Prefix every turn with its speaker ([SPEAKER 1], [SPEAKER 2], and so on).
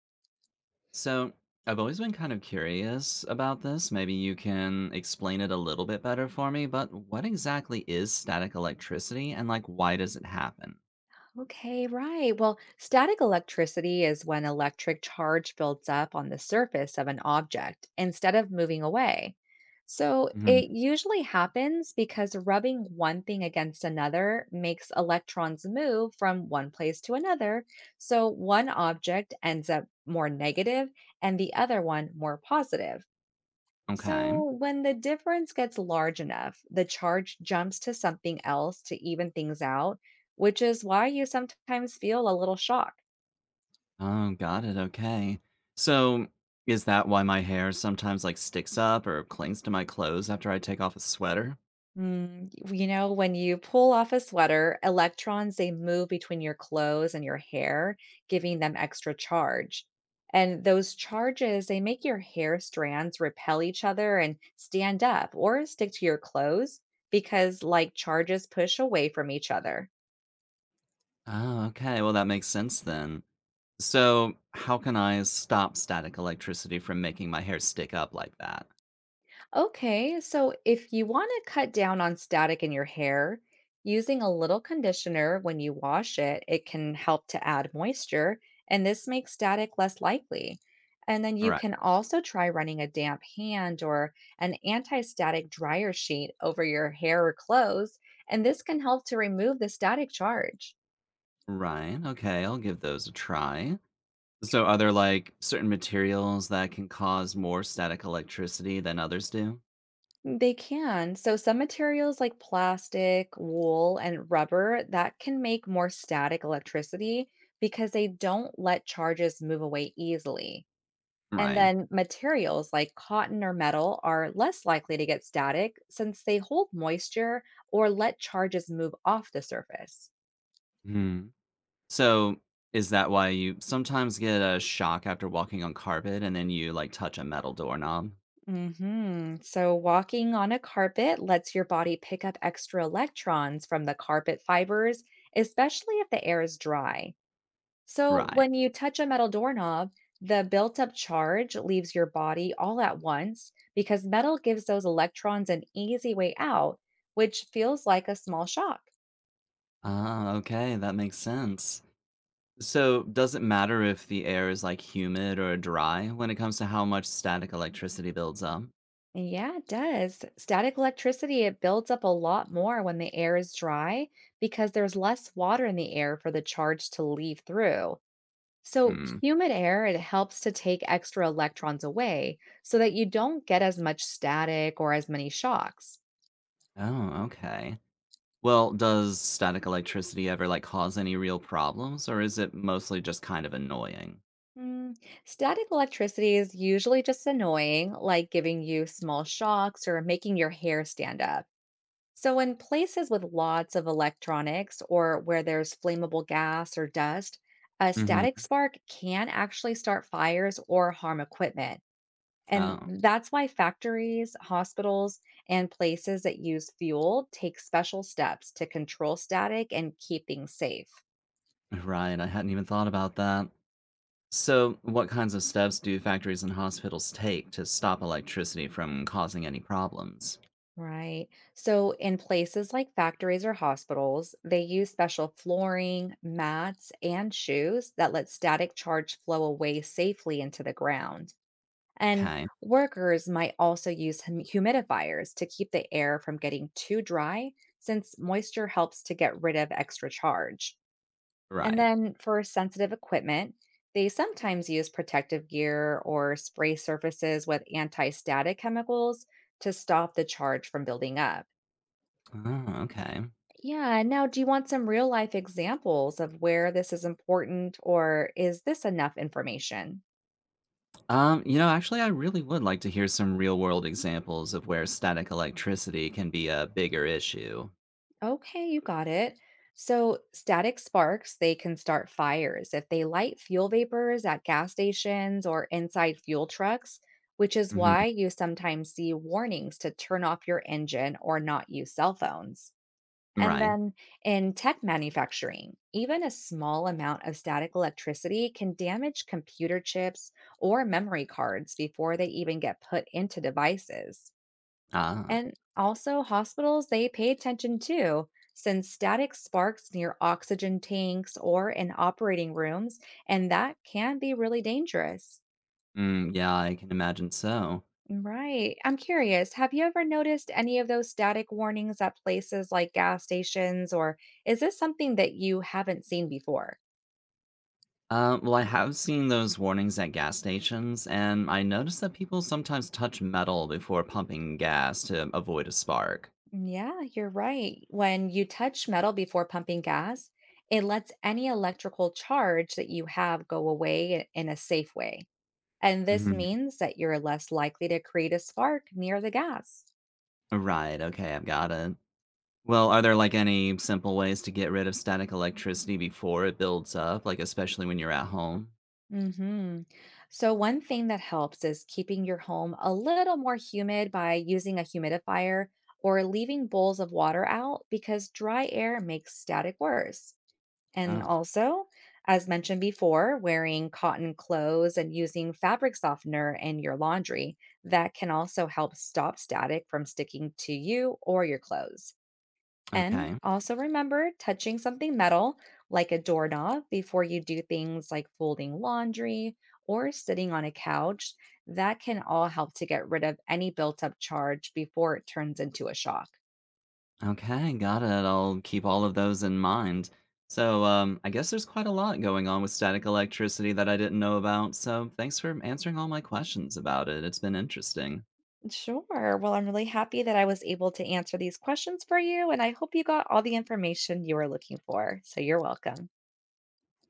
[SPEAKER 1] So, I've always been kind of curious about this. Maybe you can explain it a little bit better for me, but what exactly is static electricity and like why does it happen?
[SPEAKER 2] Okay, right. Well, static electricity is when electric charge builds up on the surface of an object instead of moving away. So
[SPEAKER 1] Mhm.
[SPEAKER 2] it usually happens because rubbing one thing against another makes electrons move from one place to another. So one object ends up more negative and the other one more positive.
[SPEAKER 1] Okay.
[SPEAKER 2] So, when the difference gets large enough, the charge jumps to something else to even things out, which is why you sometimes feel a little shock.
[SPEAKER 1] Oh, got it. Okay. So, is that why my hair sometimes like sticks up or clings to my clothes after I take off a sweater?
[SPEAKER 2] You know, when you pull off a sweater, electrons they move between your clothes and your hair, giving them extra charge. And those charges, they make your hair strands repel each other and stand up or stick to your clothes because like charges push away from each other.
[SPEAKER 1] Oh, okay. Well, that makes sense then. So, how can I stop static electricity from making my hair stick up like that?
[SPEAKER 2] Okay, so if you want to cut down on static in your hair, using a little conditioner when you wash it, it can help to add moisture, and this makes static less likely. And then you
[SPEAKER 1] Right.
[SPEAKER 2] can also try running a damp hand or an anti static dryer sheet over your hair or clothes, and this can help to remove the static charge.
[SPEAKER 1] Right. Okay, I'll give those a try. So are there like certain materials that can cause more static electricity than others do?
[SPEAKER 2] They can. So some materials like plastic, wool, and rubber that can make more static electricity because they don't let charges move away easily. And
[SPEAKER 1] Right.
[SPEAKER 2] then materials like cotton or metal are less likely to get static since they hold moisture or let charges move off the surface.
[SPEAKER 1] Hmm. So is that why you sometimes get a shock after walking on carpet and then you like touch a metal doorknob?
[SPEAKER 2] Hmm. So, walking on a carpet lets your body pick up extra electrons from the carpet fibers, especially if the air is dry. So,
[SPEAKER 1] Right.
[SPEAKER 2] when you touch a metal doorknob, the built up charge leaves your body all at once because metal gives those electrons an easy way out, which feels like a small shock.
[SPEAKER 1] Ah, okay, that makes sense. So does it matter if the air is like humid or dry when it comes to how much static electricity builds up?
[SPEAKER 2] Yeah, it does. Static electricity, it builds up a lot more when the air is dry because there's less water in the air for the charge to leave through. So,
[SPEAKER 1] Hmm.
[SPEAKER 2] humid air, it helps to take extra electrons away so that you don't get as much static or as many shocks.
[SPEAKER 1] Oh, okay. Well, does static electricity ever like cause any real problems or is it mostly just kind of annoying?
[SPEAKER 2] Mm, Static electricity is usually just annoying, like giving you small shocks or making your hair stand up. So, in places with lots of electronics or where there's flammable gas or dust, a
[SPEAKER 1] Hmm.
[SPEAKER 2] static spark can actually start fires or harm equipment. And
[SPEAKER 1] Oh,
[SPEAKER 2] that's why factories, hospitals, and places that use fuel take special steps to control static and keep things safe.
[SPEAKER 1] right. I hadn't even thought about that. So, what kinds of steps do factories and hospitals take to stop electricity from causing any problems?
[SPEAKER 2] Right. So, in places like factories or hospitals, they use special flooring, mats, and shoes that let static charge flow away safely into the ground. And
[SPEAKER 1] Okay,
[SPEAKER 2] workers might also use humidifiers to keep the air from getting too dry, since moisture helps to get rid of extra charge. And
[SPEAKER 1] right.
[SPEAKER 2] then for sensitive equipment, they sometimes use protective gear or spray surfaces with anti static chemicals to stop the charge from building up.
[SPEAKER 1] Oh, okay.
[SPEAKER 2] Yeah. Now, do you want some real life examples of where this is important, or is this enough information?
[SPEAKER 1] Actually, I really would like to hear some real world examples of where static electricity can be a bigger issue.
[SPEAKER 2] Okay, you got it. So, static sparks, they can start fires if they light fuel vapors at gas stations or inside fuel trucks, which is
[SPEAKER 1] Hmm.
[SPEAKER 2] why you sometimes see warnings to turn off your engine or not use cell phones. And
[SPEAKER 1] Right.
[SPEAKER 2] then in tech manufacturing, even a small amount of static electricity can damage computer chips or memory cards before they even get put into devices.
[SPEAKER 1] Ah,
[SPEAKER 2] And also, hospitals, they pay attention too, since static sparks near oxygen tanks or in operating rooms, and that can be really dangerous.
[SPEAKER 1] mm, yeah, I can imagine so.
[SPEAKER 2] Right. I'm curious, have you ever noticed any of those static warnings at places like gas stations, or is this something that you haven't seen before?
[SPEAKER 1] Well, I have seen those warnings at gas stations, and I noticed that people sometimes touch metal before pumping gas to avoid a spark.
[SPEAKER 2] Yeah, you're right. When you touch metal before pumping gas, it lets any electrical charge that you have go away in a safe way. And this
[SPEAKER 1] Mhm.
[SPEAKER 2] means that you're less likely to create a spark near the gas.
[SPEAKER 1] Right, okay, I've got it. Well, are there like any simple ways to get rid of static electricity before it builds up, like especially when you're at home?
[SPEAKER 2] Hmm. So, one thing that helps is keeping your home a little more humid by using a humidifier or leaving bowls of water out because dry air makes static worse. And
[SPEAKER 1] Oh,
[SPEAKER 2] also, as mentioned before, wearing cotton clothes and using fabric softener in your laundry that can also help stop static from sticking to you or your clothes. And
[SPEAKER 1] okay.
[SPEAKER 2] also remember touching something metal like a doorknob before you do things like folding laundry or sitting on a couch. That can all help to get rid of any built up charge before it turns into a shock.
[SPEAKER 1] Okay, got it. I'll keep all of those in mind. So, I guess there's quite a lot going on with static electricity that I didn't know about. So, thanks for answering all my questions about it. It's been interesting.
[SPEAKER 2] Sure. Well, I'm really happy that I was able to answer these questions for you, and I hope you got all the information you were looking for. So you're welcome.